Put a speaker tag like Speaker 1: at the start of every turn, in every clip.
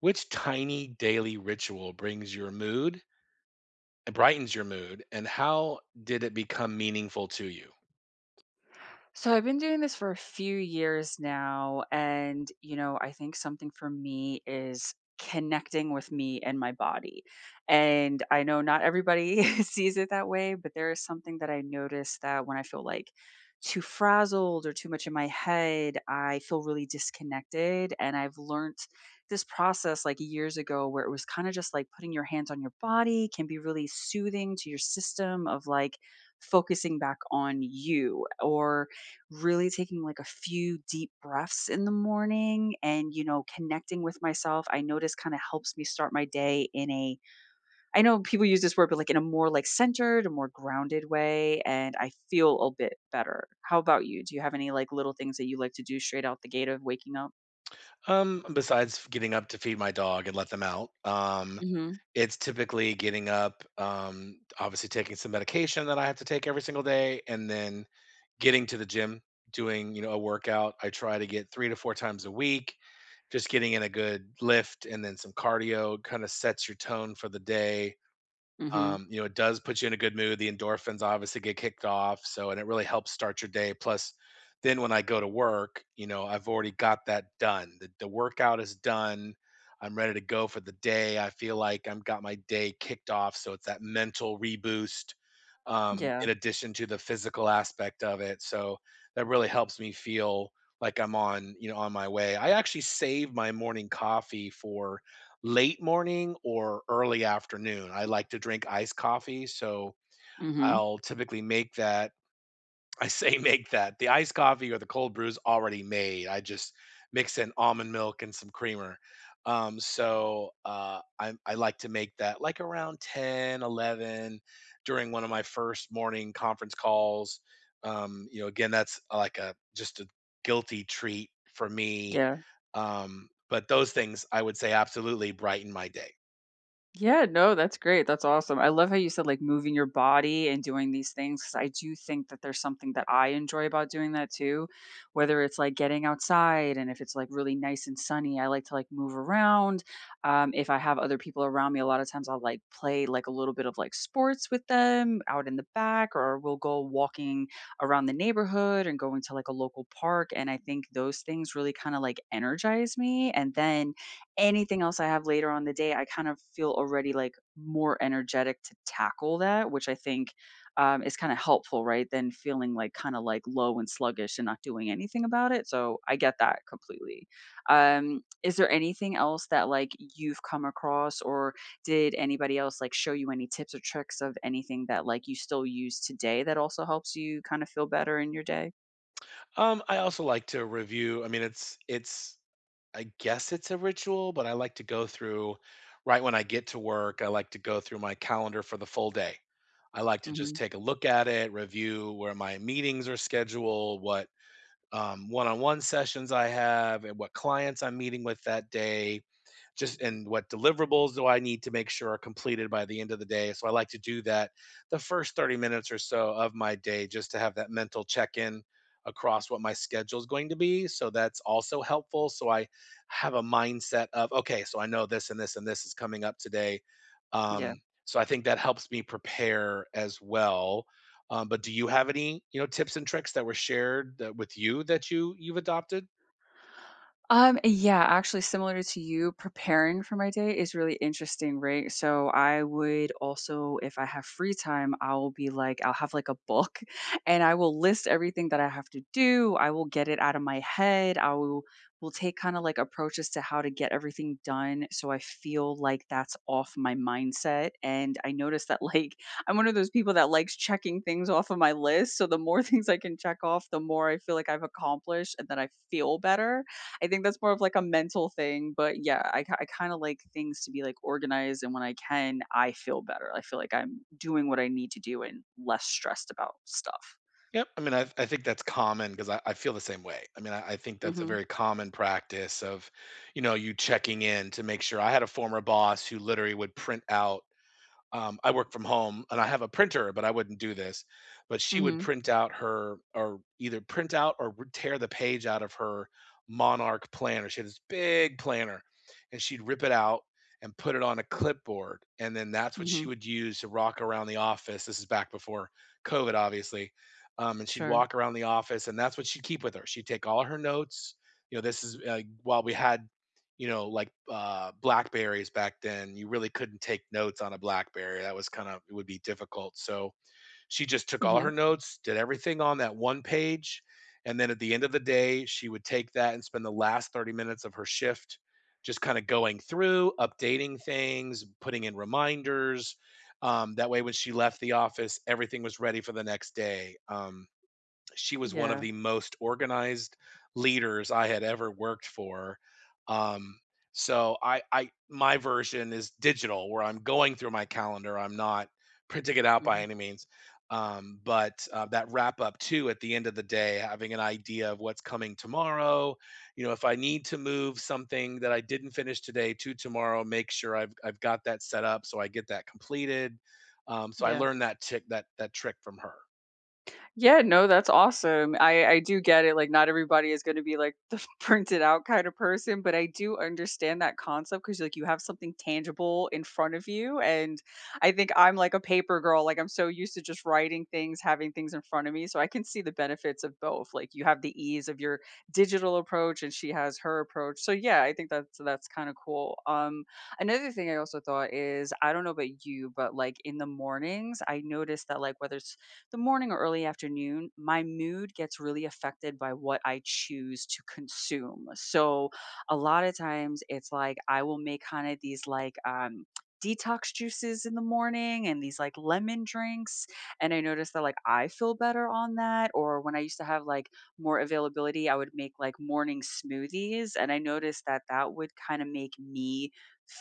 Speaker 1: Which tiny daily ritual brings your mood brightens your mood, and how did it become meaningful to you?
Speaker 2: So I've been doing this for a few years now. And, I think something for me is connecting with me and my body. And I know not everybody sees it that way, but there is something that I notice that when I feel like too frazzled or too much in my head, I feel really disconnected. And I've learned this process like years ago where it was kind of just like putting your hands on your body can be really soothing to your system of like, focusing back on you or really taking like a few deep breaths in the morning and connecting with myself, I notice, kind of helps me start my day in a I know people use this word, but like, in a more like centered, a more grounded way. And I feel a bit better. How about you? Do you have any like little things that you like to do straight out the gate of waking up?
Speaker 1: Besides getting up to feed my dog and let them out,
Speaker 2: Mm.
Speaker 1: it's typically getting up, obviously taking some medication that I have to take every single day, and then getting to the gym, doing, you know, a workout. I try to get 3 to 4 times a week, just getting in a good lift and then some cardio kinda sets your tone for the day.
Speaker 2: Mhm. Mm. Mhm.
Speaker 1: You know, it does put you in a good mood. The endorphins obviously get kicked off, so and it really helps start your day. Plus, then when I go to work, you know, I've already got that done. The workout is done. I'm ready to go for the day. I feel like I've got my day kicked off, so it's that mental reboost
Speaker 2: Yeah.
Speaker 1: in addition to the physical aspect of it. So that really helps me feel like I'm on, you know, on my way. I actually save my morning coffee for late morning or early afternoon. I like to drink iced coffee, so
Speaker 2: Mm. Mhm.
Speaker 1: I'll typically make that I say Make that. The iced coffee or the cold brew is already made. I just mix in almond milk and some creamer. I like to make that like around 10, 11 during one of my first morning conference calls. You know, again, that's like a just a guilty treat for me.
Speaker 2: Yeah.
Speaker 1: But those things I would say absolutely brighten my day.
Speaker 2: Yeah, no, that's great. That's awesome. I love how you said like moving your body and doing these things because I do think that there's something that I enjoy about doing that too. Whether it's like getting outside and if it's like really nice and sunny, I like to like move around. If I have other people around me, a lot of times I'll like play like a little bit of like sports with them out in the back, or we'll go walking around the neighborhood and going to like a local park. And I think those things really kind of like energize me. And then anything else I have later on the day, I kind of feel already like more energetic to tackle that, which I think is kind of helpful, right? Than feeling like kind of like low and sluggish and not doing anything about it. So I get that completely. Is there anything else that like you've come across, or did anybody else like show you any tips or tricks of anything that like you still use today that also helps you kind of feel better in your day?
Speaker 1: I also like to review. I guess it's a ritual, but I like to go through right when I get to work. I like to go through my calendar for the full day. I like to just
Speaker 2: Hmm.
Speaker 1: take a look at it, review where my meetings are scheduled, what one-on-one sessions I have and what clients I'm meeting with that day, just and what deliverables do I need to make sure are completed by the end of the day. So I like to do that the first 30 minutes or so of my day just to have that mental check-in across what my schedule is going to be. So that's also helpful. So I have a mindset of okay, so I know this and this and this is coming up today.
Speaker 2: Yeah.
Speaker 1: Um, so I think that helps me prepare as well, but do you have any, you know, tips and tricks that were shared that with you that you've adopted?
Speaker 2: Yeah, actually similar to you, preparing for my day is really interesting, right? So I would also, if I have free time, I'll be like, I'll have like a book and I will list everything that I have to do. I will get it out of my head. I will take kind of like approaches to how to get everything done so I feel like that's off my mindset. And I notice that like I'm one of those people that likes checking things off of my list. So the more things I can check off, the more I feel like I've accomplished and that I feel better. I think that's more of like a mental thing, but yeah, I kind of like things to be like organized. And when I can, I feel better. I feel like I'm doing what I need to do and less stressed about stuff.
Speaker 1: Yep. I think that's common because I feel the same way. I think that's a
Speaker 2: Hmm.
Speaker 1: very common practice of, you know, you checking in to make sure. I had a former boss who literally would print out. I work from home and I have a printer, but I wouldn't do this. But she would
Speaker 2: Hmm.
Speaker 1: print out her, or either print out or tear the page out of her Monarch planner. She had this big planner and she'd rip it out and put it on a clipboard. And then that's what
Speaker 2: Hmm.
Speaker 1: she would use to rock around the office. This is back before COVID, obviously. And she'd
Speaker 2: Sure.
Speaker 1: walk around the office and that's what she'd keep with her. She'd take all her notes. You know, this is while we had, you know, like Blackberries back then, you really couldn't take notes on a Blackberry. That was kind of, it would be difficult. So she just took all
Speaker 2: Hmm.
Speaker 1: her notes, did everything on that one page. And then at the end of the day, she would take that and spend the last 30 minutes of her shift just kind of going through, updating things, putting in reminders. That way, when she left the office, everything was ready for the next day. She was one of
Speaker 2: Yeah.
Speaker 1: the most organized leaders I had ever worked for. Um, so I my version is digital, where I'm going through my calendar. I'm not printing it out by
Speaker 2: Hmm.
Speaker 1: any means. But that wrap up too at the end of the day, having an idea of what's coming tomorrow. You know, if I need to move something that I didn't finish today to tomorrow, make sure I've got that set up so I get that completed. So I
Speaker 2: Yeah.
Speaker 1: learned that tick that that trick from her.
Speaker 2: Yeah, no, that's awesome. I do get it, like, not everybody is gonna be, like, the printed out kind of person, but I do understand that concept because like, you have something tangible in front of you, and I think I'm like a paper girl, like, I'm so used to just writing things, having things in front of me, so I can see the benefits of both, like, you have the ease of your digital approach, and she has her approach, so yeah, I think that's kinda cool. Another thing I also thought is, I don't know about you, but, like, in the mornings, I noticed that, like, whether it's the morning or early afternoon, my mood gets really affected by what I choose to consume. So a lot of times it's like I will make kind of these like detox juices in the morning and these like lemon drinks, and I notice that like I feel better on that, or when I used to have like more availability I would make like morning smoothies, and I noticed that that would kind of make me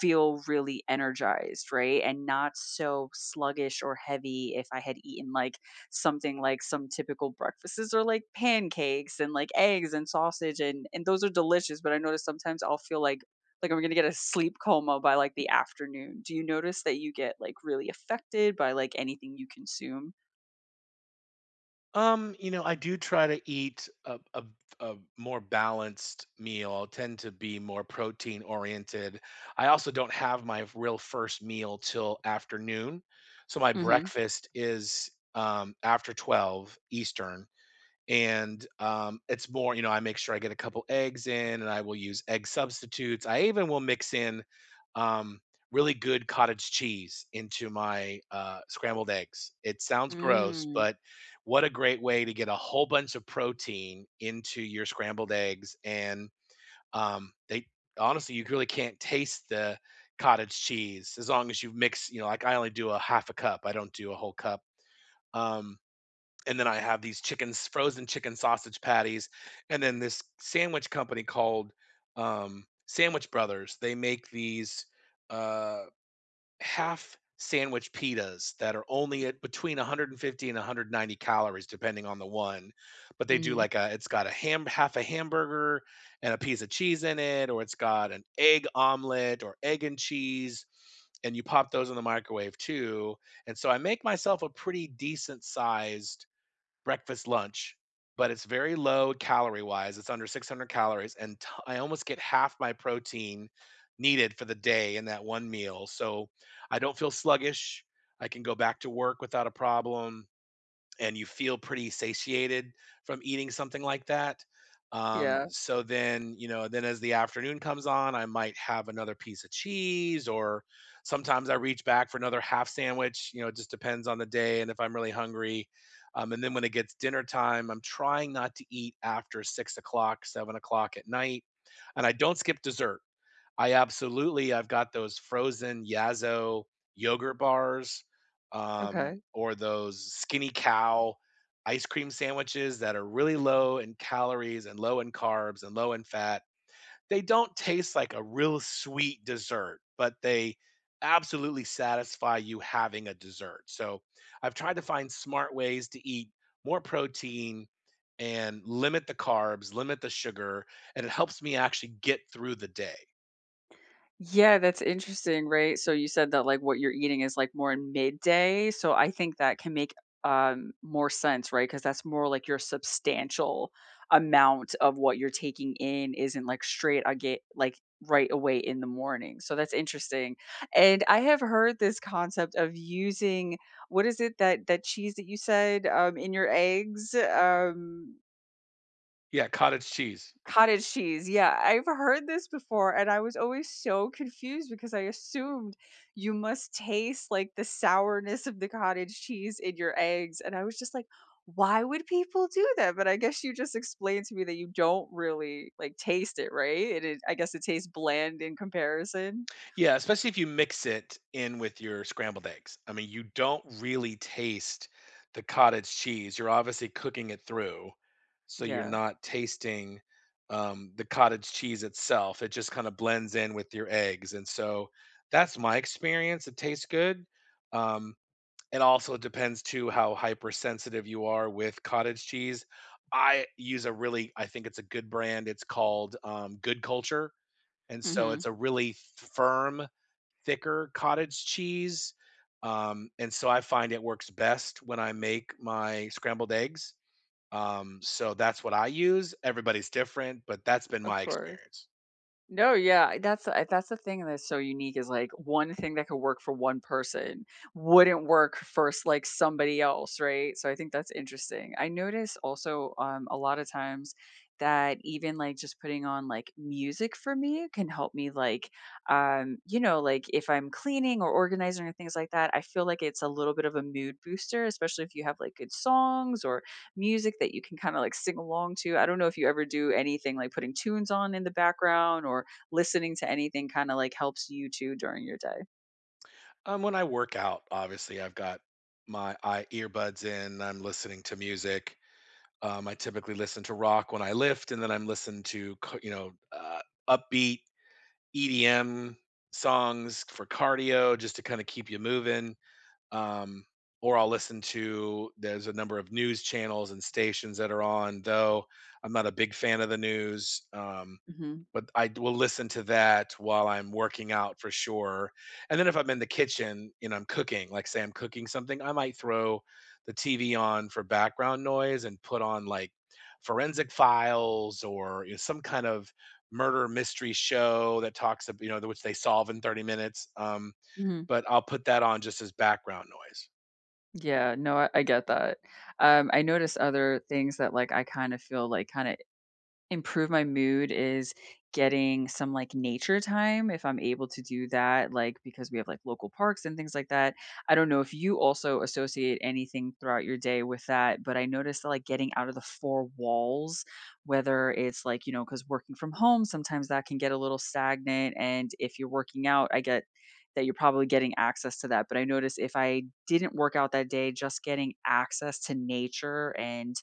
Speaker 2: feel really energized, right, and not so sluggish or heavy if I had eaten like something like some typical breakfasts are like pancakes and like eggs and sausage, and those are delicious, but I notice sometimes I'll feel like I'm gonna get a sleep coma by like the afternoon. Do you notice that you get like really affected by like anything you consume?
Speaker 1: You know, I do try to eat a more balanced meal. I tend to be more protein oriented. I also don't have my real first meal till afternoon. So my
Speaker 2: Mhm.
Speaker 1: breakfast is after 12 Eastern, and it's more, you know, I make sure I get a couple eggs in, and I will use egg substitutes. I even will mix in um, really good cottage cheese into my scrambled eggs. It sounds gross,
Speaker 2: Mm.
Speaker 1: but what a great way to get a whole bunch of protein into your scrambled eggs. And they honestly you really can't taste the cottage cheese as long as you mix, you know, like I only do a half a cup, I don't do a whole cup. um, and then I have these chickens, frozen chicken sausage patties, and then this sandwich company called Sandwich Brothers. They make these uh, half sandwich pitas that are only at between 150 and 190 calories, depending on the one. But they do
Speaker 2: Mhm.
Speaker 1: like a, it's got a ham, half a hamburger and a piece of cheese in it, or it's got an egg omelet or egg and cheese, and you pop those in the microwave too. And so I make myself a pretty decent sized breakfast, lunch, but it's very low calorie wise. It's under 600 calories, and I almost get half my protein needed for the day in that one meal. So I don't feel sluggish. I can go back to work without a problem, and you feel pretty satiated from eating something like that. Um,
Speaker 2: Yeah.
Speaker 1: so then, you know, then as the afternoon comes on, I might have another piece of cheese, or sometimes I reach back for another half sandwich. You know, it just depends on the day and if I'm really hungry. And then when it gets dinner time, I'm trying not to eat after 6 o'clock, 7 o'clock at night. And I don't skip dessert. I absolutely I've got those frozen Yazo yogurt bars, um,
Speaker 2: Okay.
Speaker 1: or those Skinny Cow ice cream sandwiches that are really low in calories and low in carbs and low in fat. They don't taste like a real sweet dessert, but they absolutely satisfy you having a dessert. So, I've tried to find smart ways to eat more protein and limit the carbs, limit the sugar, and it helps me actually get through the day.
Speaker 2: Yeah, that's interesting, right? So you said that like what you're eating is like more in midday. So I think that can make more sense, right? Because that's more like your substantial amount of what you're taking in isn't like straight I get like right away in the morning. So that's interesting. And I have heard this concept of using what is it that that cheese that you said in your eggs?
Speaker 1: Yeah, cottage cheese.
Speaker 2: Cottage cheese, yeah, I've heard this before, and I was always so confused because I assumed you must taste, like, the sourness of the cottage cheese in your eggs, and I was just like, "Why would people do that?" But I guess you just explained to me that you don't really, like, taste it, right? It is, I guess it tastes bland in comparison?
Speaker 1: Yeah, especially if you mix it in with your scrambled eggs. I mean, you don't really taste the cottage cheese. You're obviously cooking it through, so you're
Speaker 2: Yeah,
Speaker 1: not tasting the cottage cheese itself. It just kind of blends in with your eggs, and so that's my experience. It tastes good. Um, it also depends too how hypersensitive you are with cottage cheese. I use a really, I think it's a good brand. It's called Good Culture. And so
Speaker 2: mhm,
Speaker 1: it's a really firm, thicker cottage cheese, and so I find it works best when I make my scrambled eggs, so that's what I use. Everybody's different, but that's been
Speaker 2: of
Speaker 1: my
Speaker 2: course.
Speaker 1: experience.
Speaker 2: No, yeah, that's the thing that's so unique is like one thing that could work for one person wouldn't work for like somebody else, right? So I think that's interesting. I notice also a lot of times that even like just putting on like music for me can help me like if I'm cleaning or organizing or things like that I feel like it's a little bit of a mood booster, especially if you have like good songs or music that you can kinda, like, sing along to. I don't know if you ever do anything like putting tunes on in the background or listening to anything kinda, like, helps you too during your day.
Speaker 1: When I work out, obviously, I've got my I earbuds in, I'm listening to music. I typically listen to rock when I lift, and then I'm listening to ca you know, upbeat EDM songs for cardio just to kinda keep you moving. um, or I'll listen to there's a number of news channels and stations that are on, though I'm not a big fan of the news.
Speaker 2: Mhm,
Speaker 1: But I d- will listen to that while I'm working out for sure. And then if I'm in the kitchen and I'm cooking, like say I'm cooking something, I might throw the TV on for background noise and put on like forensic files or, you know, some kind of murder mystery show that talks about, you know, which they solve in 30 minutes.
Speaker 2: mhm.
Speaker 1: But I'll put that on just as background noise.
Speaker 2: Yeah, no, I get that. I notice other things that, like, I kind of feel, like, kinda improve my mood is getting some, like, nature time if I'm able to do that, like, because we have, like, local parks and things like that. I don't know if you also associate anything throughout your day with that, but I noticed that, like, getting out of the 4 walls, whether it's, like, because working from home, sometimes that can get a little stagnant, and if you're working out, I get that you're probably getting access to that, but I noticed if I didn't work out that day, just getting access to nature and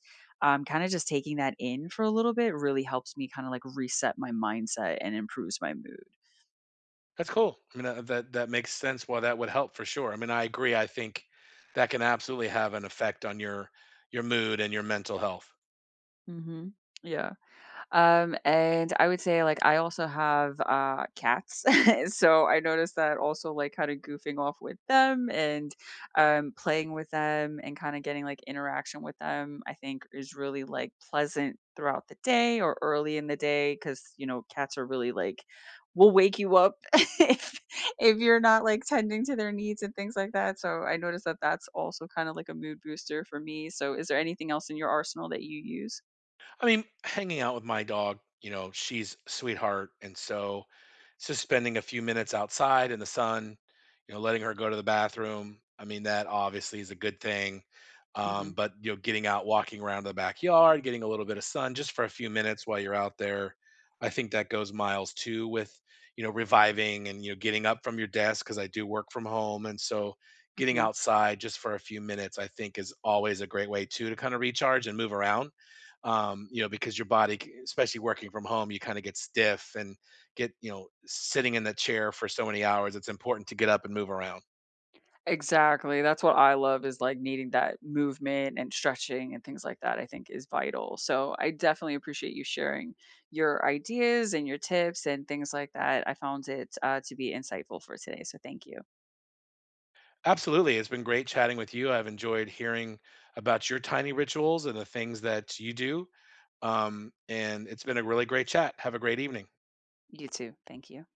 Speaker 2: kinda just taking that in for a little bit really helps me kinda, like, reset my mindset and improves my mood.
Speaker 1: That's cool. I mean, that that makes sense why that would help for sure. I mean, I agree. I think that can absolutely have an effect on your mood and your mental health.
Speaker 2: Mhm. Yeah. And I would say, like, I also have cats, so I noticed that also, like, kinda goofing off with them and playing with them and kinda getting, like, interaction with them, I think is really, like, pleasant throughout the day or early in the day because cats are really, like, will wake you up if you're not, like, tending to their needs and things like that, so I noticed that that's also kinda like a mood booster for me, so is there anything else in your arsenal that you use?
Speaker 1: I mean, hanging out with my dog, you know, she's a sweetheart. And so it's just spending a few minutes outside in the sun, you know, letting her go to the bathroom. I mean, that obviously is a good thing.
Speaker 2: Mhm,
Speaker 1: But, you know, getting out, walking around the backyard, getting a little bit of sun just for a few minutes while you're out there. I think that goes miles too with, you know, reviving and, you know, getting up from your desk because I do work from home. And so getting
Speaker 2: mhm.
Speaker 1: outside just for a few minutes, I think is always a great way too to kind of recharge and move around, you know, because your body, especially working from home, you kind of get stiff and get, you know, sitting in the chair for so many hours. It's important to get up and move around.
Speaker 2: Exactly, that's what I love is, like, needing that movement and stretching and things like that, I think is vital. So, I definitely appreciate you sharing your ideas and your tips and things like that. I found it, to be insightful for today, so thank you.
Speaker 1: Absolutely. It's been great chatting with you. I've enjoyed hearing about your tiny rituals and the things that you do. And it's been a really great chat. Have a great evening.
Speaker 2: You too. Thank you.